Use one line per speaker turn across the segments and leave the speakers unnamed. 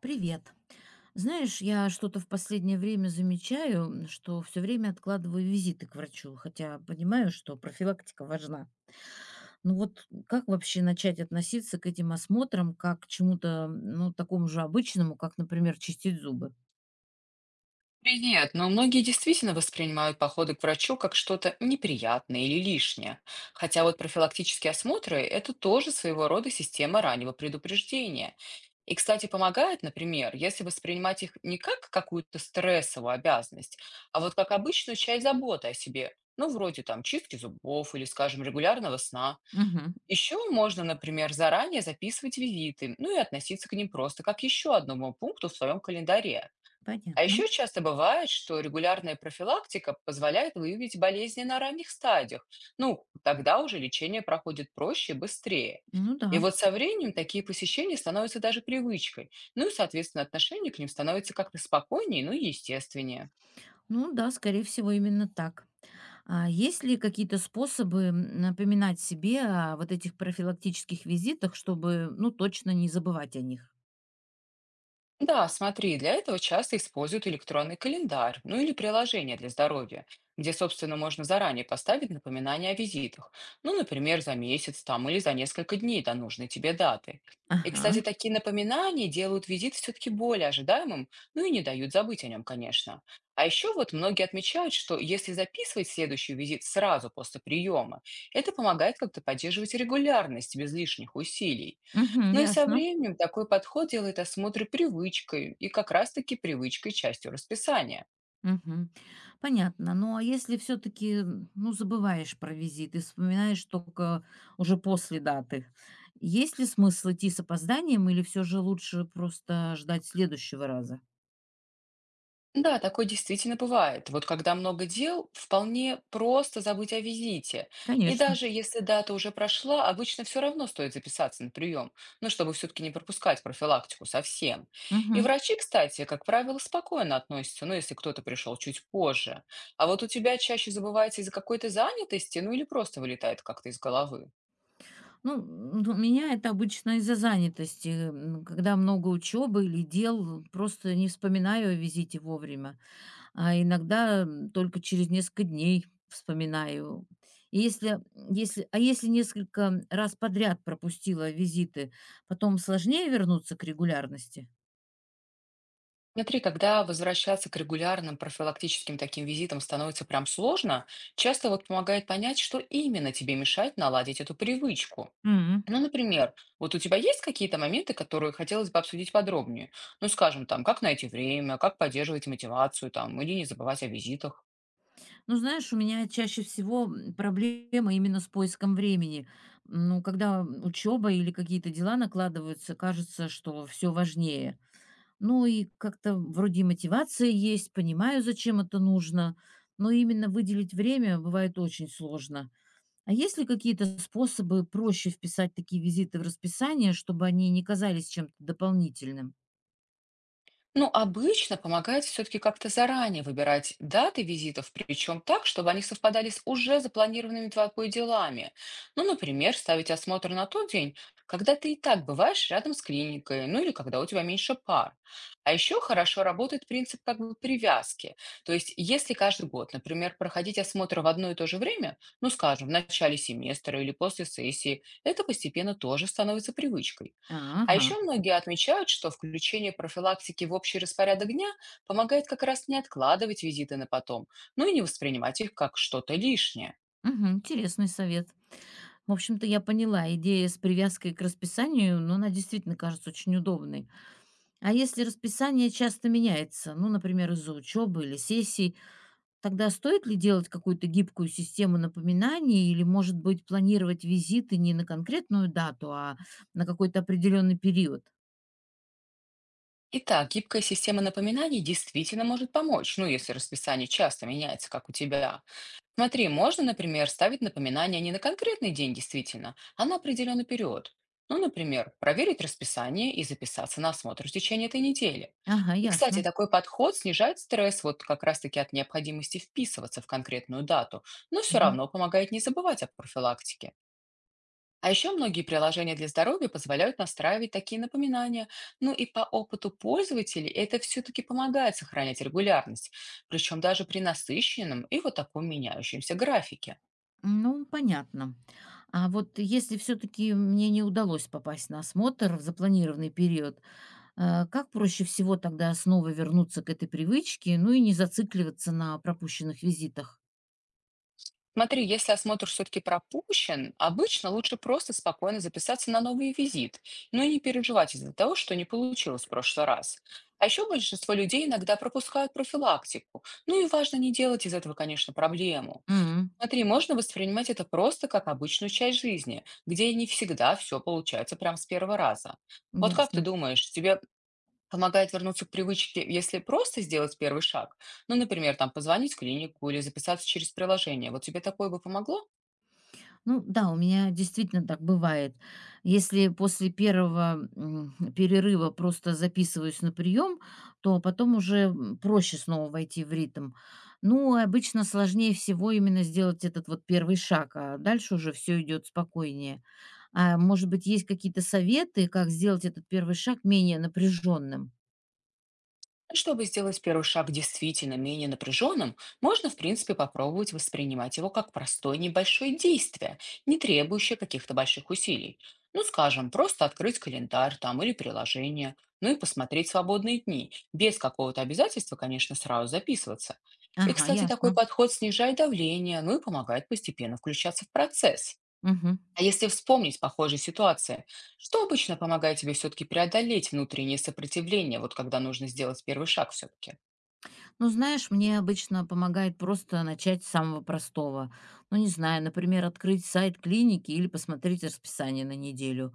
Привет. Знаешь, я что-то в последнее время замечаю, что все время откладываю визиты к врачу, хотя понимаю, что профилактика важна. Ну вот как вообще начать относиться к этим осмотрам как к чему-то, ну, такому же обычному, как, например, чистить зубы?
Привет, но многие действительно воспринимают походы к врачу как что-то неприятное или лишнее. Хотя вот профилактические осмотры– это тоже своего рода система раннего предупреждения. И, кстати, помогает, например, если воспринимать их не как какую-то стрессовую обязанность, а вот как обычную часть заботы о себе, ну, вроде там чистки зубов или, скажем, регулярного сна.
Мгм.
Еще можно, например, заранее записывать визиты, ну и относиться к ним просто как еще одному пункту в своем календаре. А
Понятно.
еще часто бывает, что регулярная профилактика позволяет выявить болезни на ранних стадиях. Ну, тогда уже лечение проходит проще и быстрее.
Ну
И
да.
вот со временем такие посещения становятся даже привычкой. Ну и, соответственно, отношение к ним становится как-то спокойнее, ну и естественнее.
Ну да, скорее всего, именно так. А есть ли какие-то способы напоминать себе о вот этих профилактических визитах, чтобы, ну, точно не забывать о них?
Да, смотри, для этого часто используют электронный календарь, ну или приложение для здоровья, где, собственно, можно заранее поставить напоминание о визитах. Ну, например, за месяц там или за несколько дней до нужной тебе даты. И, кстати,
Ага.
такие напоминания делают визит все-таки более ожидаемым, ну и не дают забыть о нем, конечно. А еще вот многие отмечают, что если записывать следующий визит сразу после приема, это помогает как-то поддерживать регулярность без лишних усилий.
Угу,
Ну и со
ясно.
временем такой подход делает осмотры привычкой и как раз-таки привычкой частью расписания.
Мгм. Понятно. Ну, а если все-таки, ну, забываешь про визит и вспоминаешь только уже после даты, есть ли смысл идти с опозданием или все же лучше просто ждать следующего раза?
Да, такое действительно бывает. Вот когда много дел, вполне просто забыть о визите. И
Конечно.
даже если дата уже прошла, обычно все равно стоит записаться на прием, ну, чтобы все-таки не пропускать профилактику совсем. И
Мгм.
врачи, кстати, как правило, спокойно относятся, ну, если кто-то пришел чуть позже. А вот у тебя чаще забывается из-за какой-то занятости, ну, или просто вылетает как-то из головы.
Ну, у меня это обычно из-за занятости. Когда много учебы или дел, просто не вспоминаю о визите вовремя. А иногда, только через несколько дней вспоминаю. И если, если, а если несколько раз подряд пропустила визиты, потом сложнее вернуться к регулярности?
Смотри, когда возвращаться к регулярным профилактическим таким визитам становится прям сложно, часто вот помогает понять, что именно тебе мешает наладить эту привычку.
М.
Ну, например, вот у тебя есть какие-то моменты, которые хотелось бы обсудить подробнее? Ну, скажем, там, как найти время, как поддерживать мотивацию, там, или не забывать о визитах?
Ну, знаешь, у меня чаще всего проблема именно с поиском времени. Ну, когда учеба или какие-то дела накладываются, кажется, что все важнее. Ну и как-то вроде и мотивация есть, понимаю, зачем это нужно, но именно выделить время бывает очень сложно. А есть ли какие-то способы проще вписать такие визиты в расписание, чтобы они не казались чем-то дополнительным?
Ну, обычно помогает все-таки как-то заранее выбирать даты визитов, причем так, чтобы они совпадали с уже запланированными твоими делами. Ну, например, ставить осмотр на тот день, когда ты и так бываешь рядом с клиникой, ну или когда у тебя меньше пар. А еще хорошо работает принцип как бы привязки. То есть, если каждый год, например, проходить осмотр в одно и то же время, ну, скажем, в начале семестра или после сессии, это постепенно тоже становится привычкой.
А,
А
ага.
еще многие отмечают, что включение профилактики в общий распорядок дня помогает как раз не откладывать визиты на потом, ну и не воспринимать их как что-то лишнее.
Мгм, интересный совет. В общем-то, я поняла, идея с привязкой к расписанию, но она действительно кажется очень удобной. А если расписание часто меняется, ну, например, из-за учебы или сессий, тогда стоит ли делать какую-то гибкую систему напоминаний или, может быть, планировать визиты не на конкретную дату, а на какой-то определенный период?
Итак, гибкая система напоминаний действительно может помочь, ну если расписание часто меняется, как у тебя. Смотри, можно, например, ставить напоминание не на конкретный день действительно, а на определенный период. Ну, например, проверить расписание и записаться на осмотр в течение этой недели.
Ага,
И, кстати,
ясно.
такой подход снижает стресс вот как раз-таки от необходимости вписываться в конкретную дату, но все равно помогает не забывать о профилактике. А еще многие приложения для здоровья позволяют настраивать такие напоминания. Ну и по опыту пользователей это все-таки помогает сохранять регулярность, причем даже при насыщенном и вот таком меняющемся графике.
Ну, понятно. А вот если все-таки мне не удалось попасть на осмотр в запланированный период, как проще всего тогда снова вернуться к этой привычке, ну и не зацикливаться на пропущенных визитах?
Смотри, если осмотр все-таки пропущен, обычно лучше просто спокойно записаться на новый визит, но и не переживать из-за того, что не получилось в прошлый раз. А еще большинство людей иногда пропускают профилактику. Ну и важно не делать из этого, конечно, проблему.
М,
Смотри, можно воспринимать это просто как обычную часть жизни, где не всегда все получается прям с первого раза. Вот как ты
Ясно.
думаешь, тебе помогает вернуться к привычке, если просто сделать первый шаг? Ну, например, там позвонить в клинику или записаться через приложение. Вот тебе такое бы помогло?
Ну да, у меня действительно так бывает. Если после первого перерыва просто записываюсь на прием, то потом уже проще снова войти в ритм. Ну, обычно сложнее всего именно сделать этот вот первый шаг, а дальше уже все идет спокойнее. А может быть, есть какие-то советы, как сделать этот первый шаг менее напряженным?
Чтобы сделать первый шаг действительно менее напряженным, можно, в принципе, попробовать воспринимать его как простое небольшое действие, не требующее каких-то больших усилий. Ну, скажем, просто открыть календарь там или приложение, ну и посмотреть свободные дни, без какого-то обязательства, конечно, сразу записываться. И,
Ага,
кстати, такой
ясно.
подход снижает давление, ну и помогает постепенно включаться в процесс.
Мгм.
А если вспомнить похожие ситуации, что обычно помогает тебе все-таки преодолеть внутреннее сопротивление, вот когда нужно сделать первый шаг все-таки?
Ну, знаешь, мне обычно помогает просто начать с самого простого. Ну, не знаю, например, открыть сайт клиники или посмотреть расписание на неделю.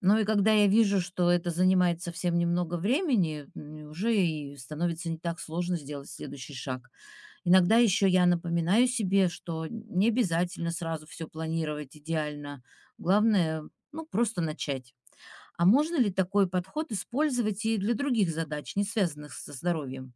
Ну и когда я вижу, что это занимает совсем немного времени, уже и становится не так сложно сделать следующий шаг. Иногда еще я напоминаю себе, что не обязательно сразу все планировать идеально. Главное, ну, просто начать. А можно ли такой подход использовать и для других задач, не связанных со здоровьем?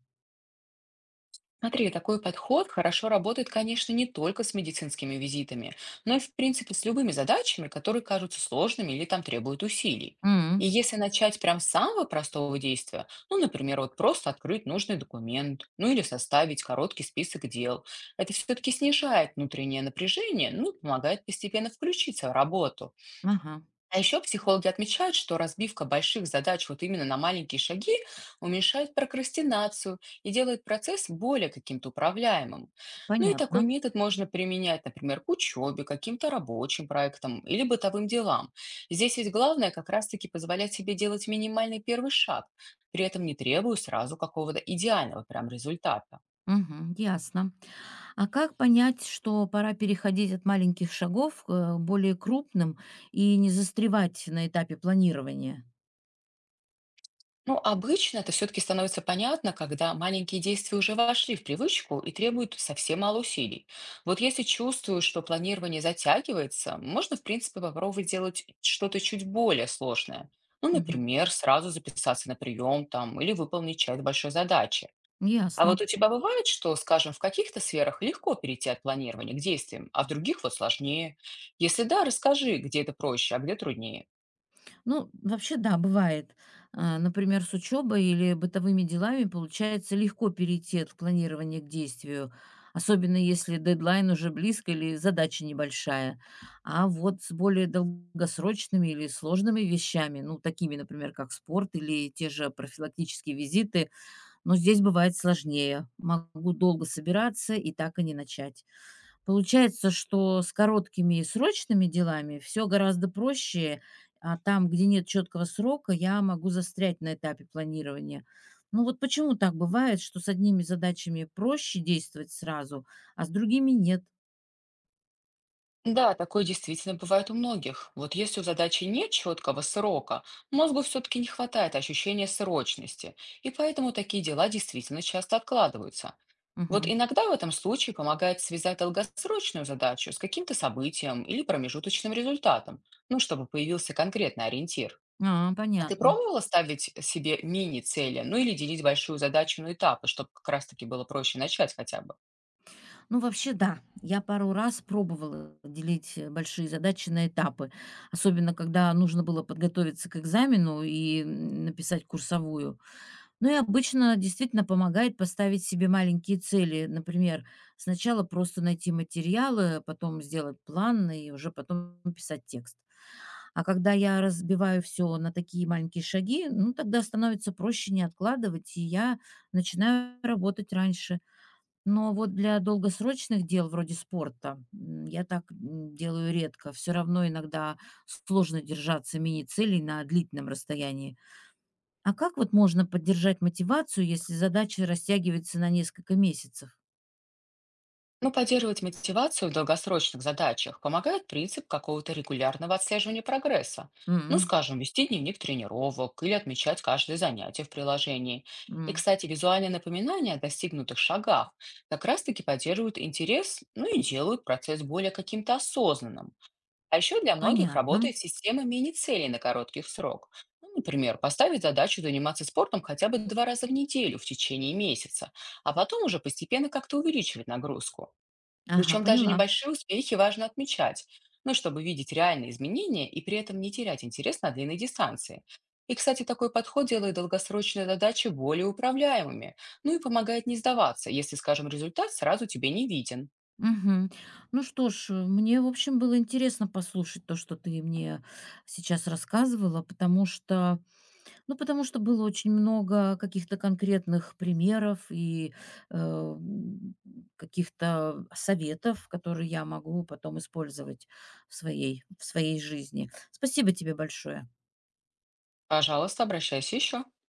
Смотри, такой подход хорошо работает, конечно, не только с медицинскими визитами, но и, в принципе, с любыми задачами, которые кажутся сложными или там требуют усилий. И
М,
если начать прям с самого простого действия, ну, например, вот просто открыть нужный документ, ну или составить короткий список дел, это все-таки снижает внутреннее напряжение, ну и помогает постепенно включиться в работу.
Ага.
А еще психологи отмечают, что разбивка больших задач вот именно на маленькие шаги уменьшает прокрастинацию и делает процесс более каким-то управляемым. Ну и такой
Понятно.
метод можно применять, например, к учебе, каким-то рабочим проектам или бытовым делам. Здесь ведь главное как раз-таки позволять себе делать минимальный первый шаг, при этом не требуя сразу какого-то идеального прям результата.
Мгм. Ясно. А как понять, что пора переходить от маленьких шагов к более крупным и не застревать на этапе планирования?
Ну, обычно это все-таки становится понятно, когда маленькие действия уже вошли в привычку и требуют совсем мало усилий. Вот если чувствуешь, что планирование затягивается, можно, в принципе, попробовать делать что-то чуть более сложное. Ну,
Мгм.
например, сразу записаться на прием там или выполнить часть большой задачи. А
Ясно.
вот у тебя бывает, что, скажем, в каких-то сферах легко перейти от планирования к действиям, а в других вот сложнее? Если да, расскажи, где это проще, а где труднее.
Ну, вообще, да, бывает. А, например, с учебой или бытовыми делами получается легко перейти от планирования к действию, особенно если дедлайн уже близко или задача небольшая. А вот с более долгосрочными или сложными вещами, ну, такими, например, как спорт или те же профилактические визиты, но здесь бывает сложнее. Могу долго собираться и так и не начать. Получается, что с короткими и срочными делами все гораздо проще, а там, где нет четкого срока, я могу застрять на этапе планирования. Ну вот почему так бывает, что с одними задачами проще действовать сразу, а с другими нет?
Да, такое действительно бывает у многих. Вот если у задачи нет четкого срока, мозгу все-таки не хватает ощущения срочности, и поэтому такие дела действительно часто откладываются. Вот
Мгм.
иногда в этом случае помогает связать долгосрочную задачу с каким-то событием или промежуточным результатом, ну, чтобы появился конкретный ориентир.
А,
А ты
понятно.
пробовала ставить себе мини-цели, ну или делить большую задачу на этапы, чтобы как раз-таки было проще начать хотя бы?
Ну, вообще, да, я пару раз пробовала делить большие задачи на этапы, особенно когда нужно было подготовиться к экзамену и написать курсовую. Ну и обычно действительно помогает поставить себе маленькие цели. Например, сначала просто найти материалы, потом сделать план и уже потом писать текст. А когда я разбиваю все на такие маленькие шаги, ну тогда становится проще не откладывать, и я начинаю работать раньше. Но вот для долгосрочных дел вроде спорта я так делаю редко. Все равно иногда сложно держаться мини-целей на длительном расстоянии. А как вот можно поддержать мотивацию, если задача растягивается на несколько месяцев?
Но поддерживать мотивацию в долгосрочных задачах помогает принцип какого-то регулярного отслеживания прогресса. Ну,
М,
скажем, вести дневник тренировок или отмечать каждое занятие в приложении. И,
м,
кстати, визуальные напоминания о достигнутых шагах как раз-таки поддерживают интерес, ну и делают процесс более каким-то осознанным. А еще для многих
Понятно.
работает система мини-целей на коротких срок. Ну, например, поставить задачу заниматься спортом хотя бы два раза в неделю в течение месяца, а потом уже постепенно как-то увеличивать нагрузку.
Ага,
Причем даже
поняла.
небольшие успехи важно отмечать, ну, чтобы видеть реальные изменения и при этом не терять интерес на длинной дистанции. И, кстати, такой подход делает долгосрочные задачи более управляемыми, ну и помогает не сдаваться, если, скажем, результат сразу тебе не виден.
Мгм. Ну что ж, мне, в общем, было интересно послушать то, что ты мне сейчас рассказывала, потому что, ну, потому что было очень много каких-то конкретных примеров и э, м, каких-то советов, которые я могу потом использовать в своей жизни. Спасибо тебе большое.
Пожалуйста, обращайся еще.